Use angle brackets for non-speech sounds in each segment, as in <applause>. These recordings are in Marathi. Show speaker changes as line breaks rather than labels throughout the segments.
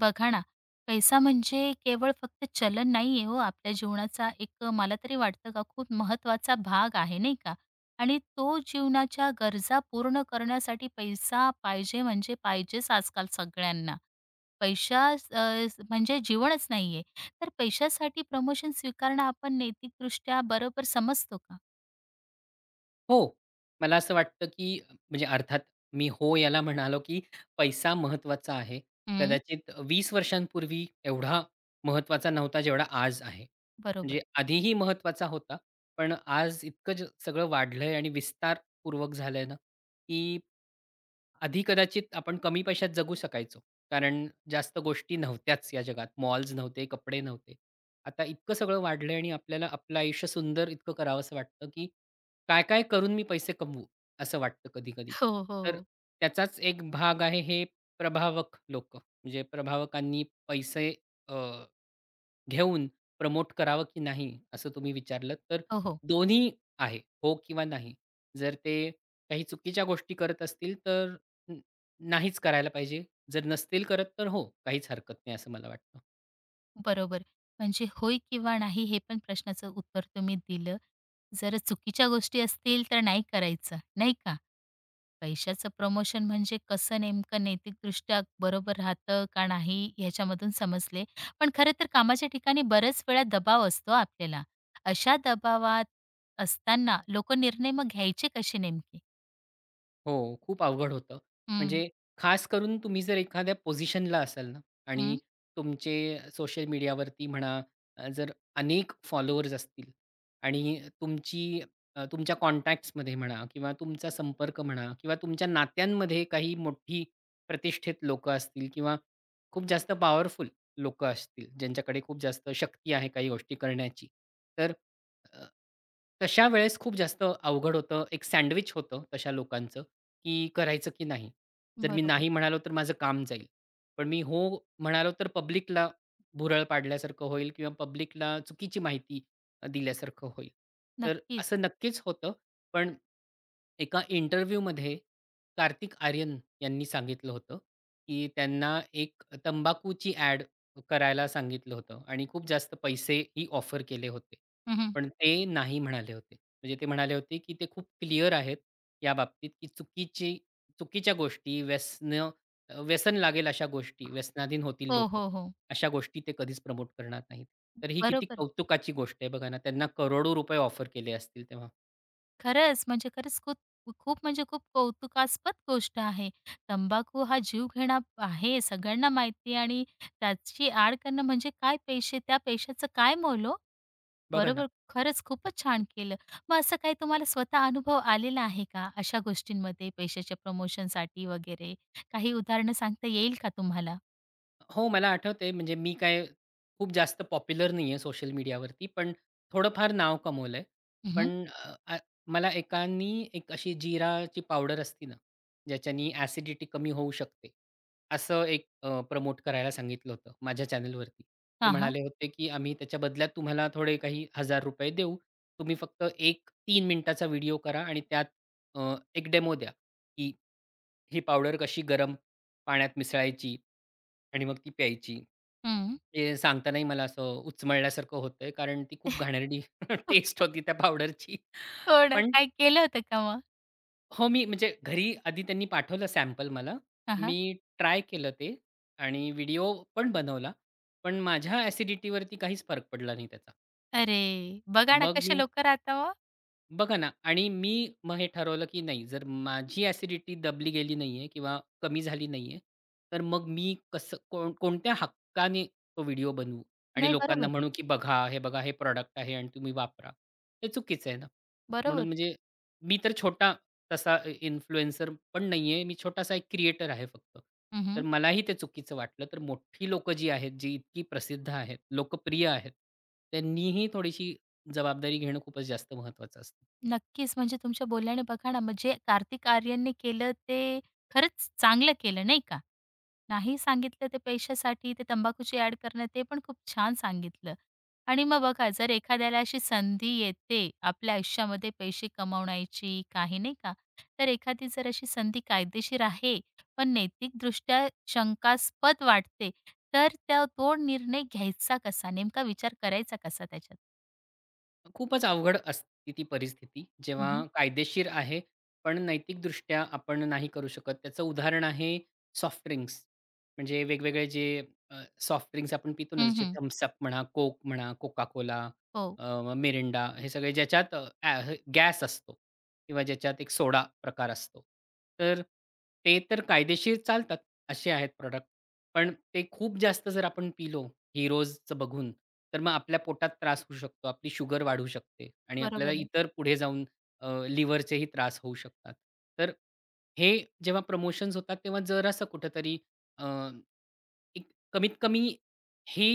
बघा ना, पैसा म्हणजे केवळ फक्त चलन नाहीये हो, आपल्या जीवनाचा एक मला तरी वाटतं का खूप महत्त्वाचा भाग आहे, नाही का? आणि तो जीवनाच्या गरजा पूर्ण करण्यासाठी पैसा पाहिजे म्हणजे पाहिजेच आजकाल सगळ्यांना. पैसा म्हणजे जीवनच नाहीये. तर पैशासाठी प्रमोशन स्वीकारणं आपण नैतिकदृष्ट्या बरोबर समजतो का?
हो. मला असं वाटतं, की म्हणजे अर्थात मी हो याला म्हणालो, की पैसा महत्त्वाचा आहे.
हं.
कदाचित 20 वर्षांपूर्वी एवढा महत्त्वाचा नव्हता जेवढा आज आहे.
बरोबर.
म्हणजे आधीही महत्त्वाचा होता, पण आज इतकं सगळं वाढलंय आणि विस्तारपूर्वक झालंय ना, की आधी कदाचित आपण कमी पैशात जगू शकायचो. कारण जास्त गोष्टी नव्हत्याच या जगात. मॉल्स नव्हते, कपडे नव्हते. आता इतकं सगळं वाढलं आहे आणि आपल्याला आपलं आयुष्य सुंदर इतकं करावसं वाटतं, की काय-काय करून मी पैसे कमवू? असं वाटतं कधी-कधी.
हो,
तर
हो.
त्याचाच एक भाग आहे हे प्रभावक लोकं. म्हणजे प्रभावकांनी पैसे घेऊन प्रमोट करावं की नाही? असं तुम्ही विचारलं तर
हो, हो.
दोन्ही आहे, हो किंवा नाही. जर ते काही चुकीच्या गोष्टी करत असतील तर न नाहीच करायला पाहिजे. जर नसतील करत तर हो, काहीच हरकत नाही असं मला वाटतं.
बरोबर. म्हणजे होय किंवा नाही हे पण प्रश्नाचं उत्तर तुम्ही दिलं. जर चुकीच्या गोष्टी असतील तर नाही करायचं, नाही का? पैशाचं प्रमोशन म्हणजे कसं नेमकं नैतिकदृष्ट्या बरोबर राहतं का नाही ह्याच्यामधून समजले. पण खरं तर कामाच्या ठिकाणी बऱ्याच वेळा दबाव असतो आपल्याला. अशा दबावात असताना लोकं निर्णय मग घ्यायचे कसे नेमके?
हो, खूप अवघड होतं.
हं,
म्हणजे खास करून तुम्ही जर एखाद्या पोझिशनला असाल ना आणि
हं.
तुमचे सोशल मीडियावरती म्हणा, जर अनेक फॉलोअर्स असतील आणि तुमच्या कॉन्टॅक्ट्समध्ये म्हणा किंवा तुमचा संपर्क म्हणा किंवा तुमच्या नात्यांमध्ये काही मोठी प्रतिष्ठित लोकं असतील किंवा खूप जास्त पॉवरफुल लोकं असतील, ज्यांच्याकडे खूप जास्त शक्ती आहे काही गोष्टी करण्याची. तर अ, तशा वेळेस खूप जास्त अवघड होतं. एक सँडविच होतं तशा लोकांचं, की करायचं की नाही? जर मी
बरोबर.
नाही म्हणालो तर माझं काम जाईल. पण मी हो म्हणालो तर पब्लिकला भुरळ पाडल्यासारखं होईल किंवा पब्लिकला चुकीची माहिती दिल्यासारखं होईल. तर
नक्कीच.
असं नक्कीच होतं. पण एका इंटरव्ह्यूमध्ये कार्तिक आर्यन यांनी सांगितलं होतं, की त्यांना एक तंबाखूची ॲड करायला सांगितलं होतं आणि खूप जास्त पैसेही ऑफर केले होते.
हं, हं.
पण ते नाही म्हणाले होते. म्हणजे ते म्हणाले होते, की ते खूप क्लिअर आहेत याबाबतीत, की चुकीच्या गोष्टी, व्यसन लागेल अशा गोष्टी, व्यसनाधीन होतील
हो,
लोक
हो, हो.
अशा गोष्टी ते कधीच प्रमोट करणार नाहीत. तर ही किती
बरोबर.
कौतुकाची गोष्ट आहे बघा ना. त्यांना करोडो रुपये ऑफर केले असतील तेव्हा.
खरंच, म्हणजे खरंच खूप खूप म्हणजे खूप कौतुकास्पद गोष्ट आहे. तंबाखू हा जीवघेणा आहे, सगळ्यांना माहिती आहे आणि त्याची आड करणं म्हणजे काय पैसे त्या पैशाचं काय मोलो। ओ?
बघा ना.
बरोबर, खरंच खूपच छान केलं. मग असं काही तुम्हाला स्वतः अनुभव आलेला आहे का अशा गोष्टींमध्ये पैशाच्या प्रमोशनसाठी वगैरे? काही उदाहरणं सांगता येईल का तुम्हाला?
हो, मला आठवतंय म्हणजे मी काय खूप जास्त पॉप्युलर नाहीये सोशल मीडियावरती, पण थोडंफार नाव कमवलंय.
हं, हं.
पण अ, आ मला एकानी एक अशी जीराची पावडर असती ना, ज्याच्यानी ॲसिडिटी कमी होऊ शकते. प्रमोट करायला सांगितलं होतं माझ्या चॅनलवरती. ते
हां,
म्हणाले होते, की "आम्ही त्याच्या बदल्यात तुम्हाला थोडे काही ₹1,000 देऊ. तुम्ही फक्त एक 3 मिनिटाचा व्हिडिओ करा आणि त्यात एक डेमो द्या, की ही पावडर कशी गरम पाण्यात मिसळायची आणि मग ती प्यायची."
हं.
ते सांगतानाही मला असं उचमळल्यासारखं होतंय, कारण ती खूप घाणेरडी <laughs> टेस्ट होती त्या पावडरची.
हो ना.
पण
काय केलं होतं का मग?
हो, मी म्हणजे घरी आधी त्यांनी पाठवलं सॅम्पल मला.
हां, हां.
मी ट्राय केलं ते आणि व्हिडिओ पण बनवला. पण माझ्या ॲसिडिटीवरती काहीच फरक पडला नाही त्याचा.
अरे! बघा ना
मग मी
कसे लोकं राहता ओ.
बघा ना आणि मी मग हे ठरवलं, की नाही जर माझी ॲसिडिटी दबली गेली नाहीये किंवा कमी झाली नाहीये, तर मग मी कसं कोणत्या हक्काने तो व्हिडिओ बनवू आणि
नाही
लोकांना
बरोबर आहे.
म्हणू, की बघा, बघा, हे प्रॉडक्ट आहे आणि तुम्ही वापरा. हे चुकीचं आहे ना. म्हणून
बरोबर.
म्हणजे मी तर छोटा तसा इन्फ्लुएन्सर पण नाहीये. मी छोटासा एक क्रिएटर आहे फक्त. तर
हं,
मलाही ते चुकीचं वाटलं. तर मोठी लोकं जी आहेत, जी इतकी प्रसिद्ध आहेत, लोकप्रिय आहेत, त्यांनीही थोडीशी जबाबदारी घेणं खूपच जास्त महत्त्वाचं असतं.
नक्कीच. म्हणजे तुमच्या बोलण्याने बघा ना, म्हणजे कार्तिक आर्यनने केलं ते खरंच चांगलं केलं नाही का? नाही सांगितलं ते पैशासाठी ते तंबाखूची ॲड करणं ते पण खूप छान सांगितलं. आणि मग बघा जर एखाद्याला अशी संधी येते आपल्या आयुष्यामध्ये पैसे कमावण्याची काही नाही का, तर एखादी जर अशी संधी कायदेशीर आहे, पण नैतिकदृष्ट्या शंकास्पद वाटते, तर त्या तो निर्णय घ्यायचा कसा? नेमका विचार करायचा कसा त्याच्यात?
खूपच अवघड असते ती परिस्थिती,
हं,
जेव्हा
हं.
कायदेशीर आहे, पण नैतिकदृष्ट्या आपण नाही करू शकत. त्याचं उदाहरण आहे सॉफ्ट ड्रिंक्स. म्हणजे वेगवेगळे जे अ, सॉफ्ट ड्रिंक्स आपण पितो ना, जसे थम्स म्हणा, कोक म्हणा, Coca-Cola,
हो.
मिरिंडा, हे सगळे ज्याच्यात गॅस असतो किंवा ज्याच्यात एक सोडा प्रकार असतो. तर ते तर कायदेशीर चालतात, असे आहेत प्रॉडक्ट. पण ते खूप जास्त जर आपण पिलो हीरोजचं बघून, तर मग आपल्या पोटात त्रास होऊ शकतो. आपली शुगर वाढू शकते आणि आपल्याला
बरोबर आहे.
इतर पुढे जाऊन लिव्हरचेही त्रास होऊ शकतात. तर हे जेव्हा प्रमोशन्स होतात, तेव्हा जरासं कुठेतरी अ, एक कमीत कमी ही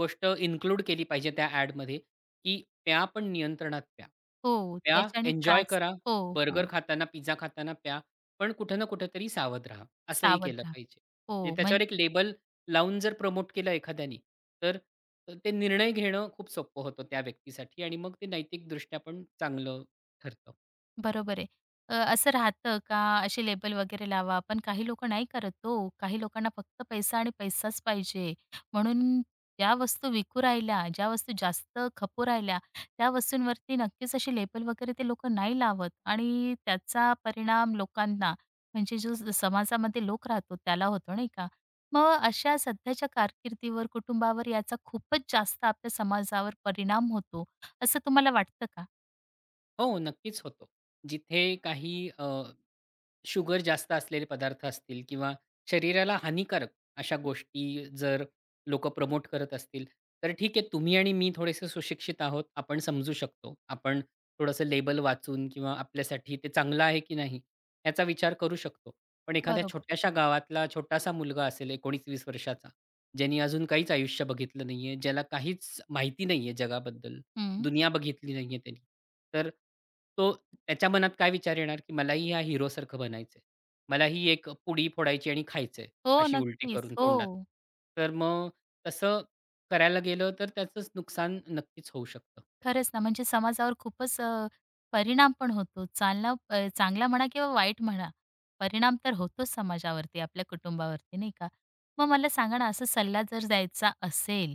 गोष्ट इन्क्लूड केली पाहिजे त्या ॲडमध्ये, की प्या पण नियंत्रणात प्या.
हो,
प्या,
त्याच्याने
एन्जॉय
त्रास
करा.
हो, हो.
बर्गर खाताना, पिझ्झा खाताना प्या, पण कुठे ना कुठेतरी सावध राहा. असंही
सावध
केलं
राहा.
पाहिजे. म्हणजे
हो,
त्याच्यावर
म्हणजे
एक लेबल लावून जर प्रमोट केलं एखाद्यानी, तर ते निर्णय घेणं खूप सोपं होतं त्या व्यक्तीसाठी आणि मग ते नैतिकदृष्ट्या पण चांगलं ठरतं.
बरोबर आहे. असं राहतं का असे लेबल वगैरे लावा, पण काही लोकं नाही करत हो. काही लोकांना फक्त पैसा आणि पैसाच पाहिजे. म्हणून ज्या वस्तू विकू राहिल्या, ज्या वस्तू जास्त खपू राहिल्या, त्या वस्तूंवरती नक्कीच असे लेबल वगैरे ते लोकं नाही लावत आणि त्याचा परिणाम लोकांना म्हणजे जो समाजामध्ये लोक राहतो त्याला होतो नाही का? मग अशा सध्याच्या कारकिर्दीवर, कुटुंबावर याचा खूपच जास्त आपल्या समाजावर परिणाम होतो, असं तुम्हाला वाटतं का?
हो, नक्कीच होतो. जिथे काही शुगर जास्त असलेले पदार्थ असतील किंवा शरीराला हानिकारक अशा गोष्टी जर लोक प्रमोट करत असतील, तर ठीक आहे, तुम्ही आणि मी थोडेसे सुशिक्षित आहोत. आपण समजू शकतो. आपण थोडंसं लेबल वाचून किंवा आपल्यासाठी ते चांगलं आहे की नाही याचा विचार करू शकतो. पण एखाद्या
बरोबर.
छोट्याशा गावातला छोटासा मुलगा असेल 19-20 वर्षाचा, ज्यानी अजून काहीच आयुष्य बघितलं नाहीये, ज्याला काहीच माहिती नाहीये जगाबद्दल,
हं.
दुनिया बघितली नाहीये त्यानी. तर तो त्याच्या मनात काय विचार येणार, की मलाही ह्या हिरोसारखं बनायचंय. मलाही एक पुडी फोडायची आणि खायचंय,
हो,
अशी उलटी
नक्कीच.
करून
हो.
तोंडात. तर मग तसं करायला गेलं तर त्याचंच नुकसान नक्कीच होऊ शकतं.
खरंच ना, म्हणजे समाजावर खूपच परिणाम पण होतो. चालना चांगला म्हणा किंवा वाईट म्हणा, परिणाम तर होतोच समाजावरती, आपल्या कुटुंबावरती, नाही का? मग मला सांगा ना, असा सल्ला जर द्यायचा असेल,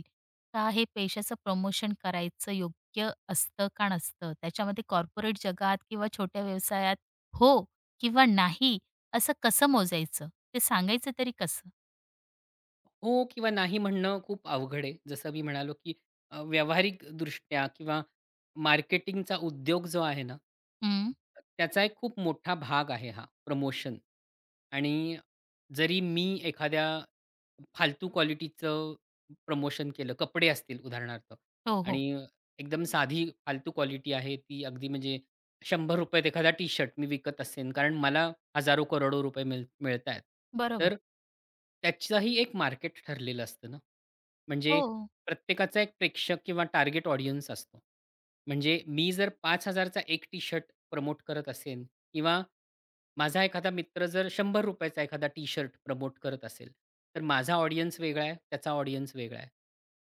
का हे पेशाचं प्रमोशन करायचं योग्य असतं का नसतं? त्याच्यामध्ये कॉर्पोरेट जगात किंवा छोट्या व्यवसायात हो किंवा नाही, असं कसं मोजायचं? ते सांगायचं तरी कसं?
हो किंवा नाही म्हणणं खूप अवघड आहे. जसं मी म्हणालो, की व्यावहारिकदृष्ट्या किंवा मार्केटिंगचा उद्योग जो आहे ना,
हं.
त्याचा एक खूप मोठा भाग आहे हा प्रमोशन. आणि जरी मी एखाद्या फालतू क्वालिटीचं प्रमोशन केलं, कपडे असतील उदाहरणार्थ
हो, हो.
आणि एकदम साधी फालतू क्वालिटी आहे ती अगदी म्हणजे ₹100त एखादा टी-शर्ट मी विकत असेन, कारण मला हजारो करोडो रुपये मिळतायत.
बरोबर.
तर त्याचंही एक मार्केट ठरलेलं असतं ना. म्हणजे
हो.
प्रत्येकाचा एक प्रेक्षक किंवा टार्गेट ऑडियन्स असतो. म्हणजे मी जर 5,000चा एक टी-शर्ट प्रमोट करत असेन किंवा माझा एखादा मित्र जर ₹100 एखादा टी-शर्ट प्रमोट करत असेल, तर माझा ऑडियन्स वेगळा आहे, त्याचा ऑडियन्स वेगळा आहे.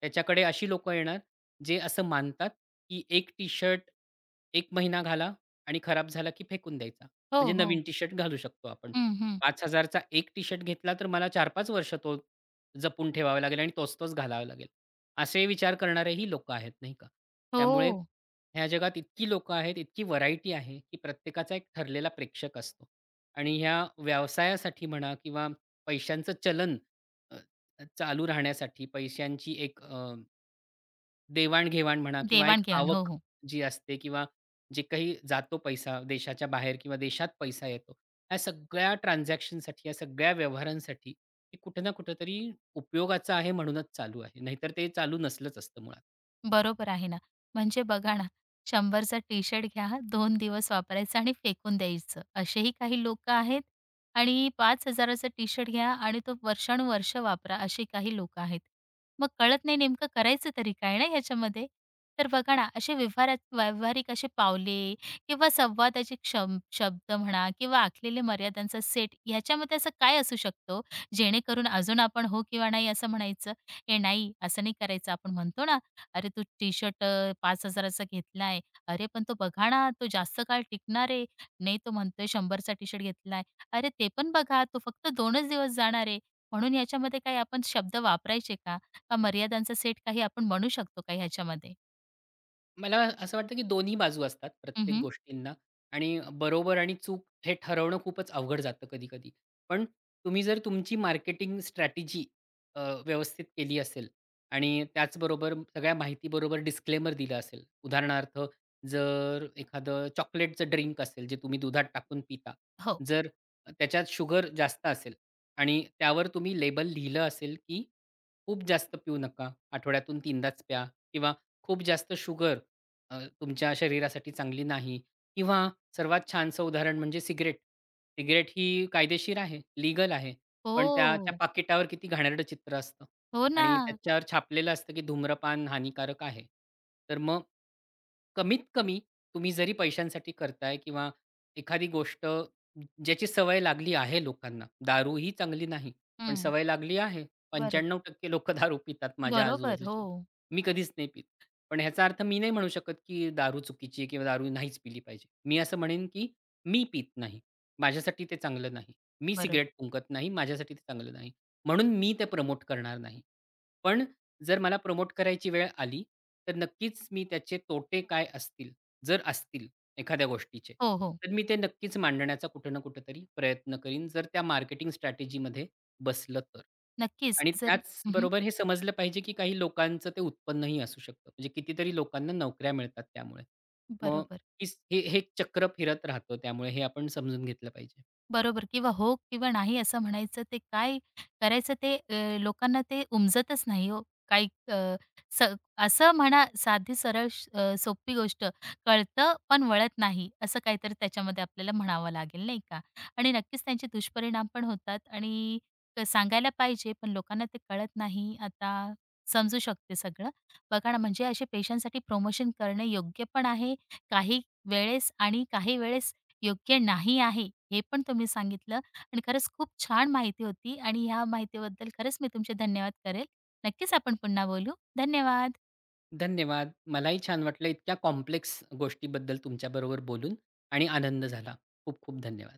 त्याच्याकडे अशी लोकं येणार जे असं मानतात, की एक टी-शर्ट 1 महिना घाला आणि खराब झाला की फेकून द्यायचा.
हो,
म्हणजे
हो.
नवीन टी-शर्ट घालू शकतो आपण.
हं, हं.
5,000 चा एक टी-शर्ट घेतला तर मला 4-5 वर्ष तो जपून ठेवावा लागेल आणि तोच तोच घालावा लागेल. असे विचार करणारेही लोकं आहेत, नाही का? त्यामुळे
हो.
ह्या जगात इतकी लोकं आहेत, इतकी व्हरायटी आहे, की प्रत्येकाचा एक ठरलेला प्रेक्षक असतो. आणि ह्या व्यवसायासाठी म्हणा किंवा पैशांचं चलन अ, चालू राहण्यासाठी पैशांची एक देवाण म्हणा किंवा एक
देवाण-घेवाण. हो,
आवक
हो.
जी असते किंवा जे काही जातो पैसा देशाच्या बाहेर किंवा देशात पैसा येतो. ह्या सगळ्या ट्रान्झॅक्शनसाठी, या सगळ्या व्यवहारांसाठी, हे कुठे ना कुठेतरी उपयोगाचं आहे म्हणूनच चालू आहे. नाहीतर ते चालू नसलंच असतं मुळात.
बरोबर आहे ना. म्हणजे बघा ना, 100चा टी-शर्ट घ्या, 2 दिवस वापरायचं आणि फेकून द्यायचं. असेही काही लोकं आहेत आणि 5,000चा टी-शर्ट घ्या आणि तो वर्षानुवर्ष वापरा, असे काही लोकं आहेत. मग कळत नाही नेमकं करायचं तरी काय ना ह्याच्यामध्ये? तर बघा ना, असे व्यवहारात व्यावहारिक असे पावले किंवा संवादाचे क्षम शब्द म्हणा किंवा आखलेले मर्यादांचा सेट ह्याच्यामध्ये असं काय असू शकतो? जेणेकरून अजून आपण हो किंवा नाही असं म्हणायचं. "ए, नाही, असं नाही करायचं." आपण म्हणतो ना अरे, तू टी-शर्ट 5,000 चा घेतलाय. अरे, पण तो बघा ना, तो जास्त काळ टिकणार आहे. नाही, तो म्हणतोय 100 चा टी-शर्ट घेतलाय. अरे, ते पण बघा, तो फक्त 2च दिवस जाणार आहे. म्हणून ह्याच्यामध्ये काही आपण शब्द वापरायचे का? का मर्यादांचा सेट काही आपण म्हणू शकतो का ह्याच्यामध्ये?
मला असं वाटतं की दोन्ही बाजू असतात प्रत्येक
हं,
गोष्टींना आणि बरोबर आणि चूक हे ठरवणं खूपच अवघड जातं कधी-कधी. पण तुम्ही जर तुमची मार्केटिंग स्ट्रॅटेजी अ, व्यवस्थित केली असेल आणि त्याचबरोबर सगळ्या माहितीबरोबर डिस्क्लेमर दिलं असेल. उदाहरणार्थ, जर एखादं चॉकलेटचं ड्रिंक असेल, जे तुम्ही दुधात टाकून पिता.
हो.
जर त्याच्यात शुगर जास्त असेल आणि त्यावर तुम्ही लेबल लिहिलं असेल की खूप जास्त पिऊ नका, आठवड्यातून 3दाच प्या किंवा खूप जास्त शुगर तुमच्या शरीरासाठी चांगली नाही किंवा सर्वात छानसं उदाहरण म्हणजे सिगारेट. सिगारेट ही कायदेशीर आहे, लीगल आहे. पण त्याच्या
हो.
पाकिटावर किती घाणेरडं चित्र असतं
हो ना.
आणि त्याच्यावर छापलेलं असतं, की धूम्रपान हानिकारक आहे. तर मग कमीत कमी तुम्ही जरी पैशांसाठी करताय किंवा एखादी गोष्ट ज्याची सवय लागली आहे लोकांना, दारू ही चांगली नाही, पण
हं.
सवय लागली आहे.
बरोबर.
95% लोकं दारू पितात माझ्या
बरोबर. हो.
आजूबाजूचे. मी कधीच नाही पित. पण ह्याचा अर्थ मी नाही म्हणू शकत, की दारू चुकीची आहे किंवा दारू नाहीच पिली पाहिजे. मी असं म्हणेन, की मी पीत नाही. माझ्यासाठी ते चांगलं नाही. मी
बरोबर.
सिगारेट फुंकत नाही. माझ्यासाठी ते चांगलं नाही. म्हणून मी ते प्रमोट करणार नाही. पण जर मला प्रमोट करायची वेळ आली, तर नक्कीच मी त्याचे तोटे काय असतील, जर असतील एखाद्या गोष्टीचे,
हो, हो.
तर मी ते नक्कीच मांडण्याचा कुठे ना कुठेतरी प्रयत्न करीन, जर त्या मार्केटिंग स्ट्रॅटेजीमध्ये बसलं तर.
नक्कीच.
आणि
जर हं,
त्याचबरोबर हे समजलं पाहिजे, की काही लोकांचं ते उत्पन्नही असू शकतं. म्हणजे कितीतरी लोकांना नोकऱ्या मिळतात त्यामुळे. मग
बरोबर.
हे हे चक्र फिरत राहतं त्यामुळे हे आपण समजून घेतलं पाहिजे.
बरोबर किंवा हो किंवा नाही असं म्हणायचं ते काय करायचं ते लोकांना ते उमजतच नाही हो. काही अ, स असं म्हणा साधी सरळ श अ, सोपी गोष्ट कळतं पण वळत नाही असं काहीतरी त्याच्यामध्ये आपल्याला म्हणावं लागेल नाही का? आणि नक्कीच त्यांचे दुष्परिणाम पण होतात आणि सांगायला पाहिजे पण लोकांना ते कळत नाही. आता समजू शकते सगळं. बघा ना म्हणजे असे पेशंटसाठी प्रमोशन करणं योग्य पण आहे काही वेळेस आणि काही वेळेस योग्य नाही आहे, हे पण तुम्ही सांगितलं आणि खरंच खूप छान माहिती होती आणि ह्या माहितीबद्दल खरंच मी तुमचे धन्यवाद करेल. नक्कीच आपण पुन्हा बोलू. धन्यवाद.
धन्यवाद. मलाही छान वाटलं इतक्या कॉम्प्लेक्स गोष्टीबद्दल तुमच्याबरोबर बोलून आणि आनंद झाला. खूप खूप धन्यवाद.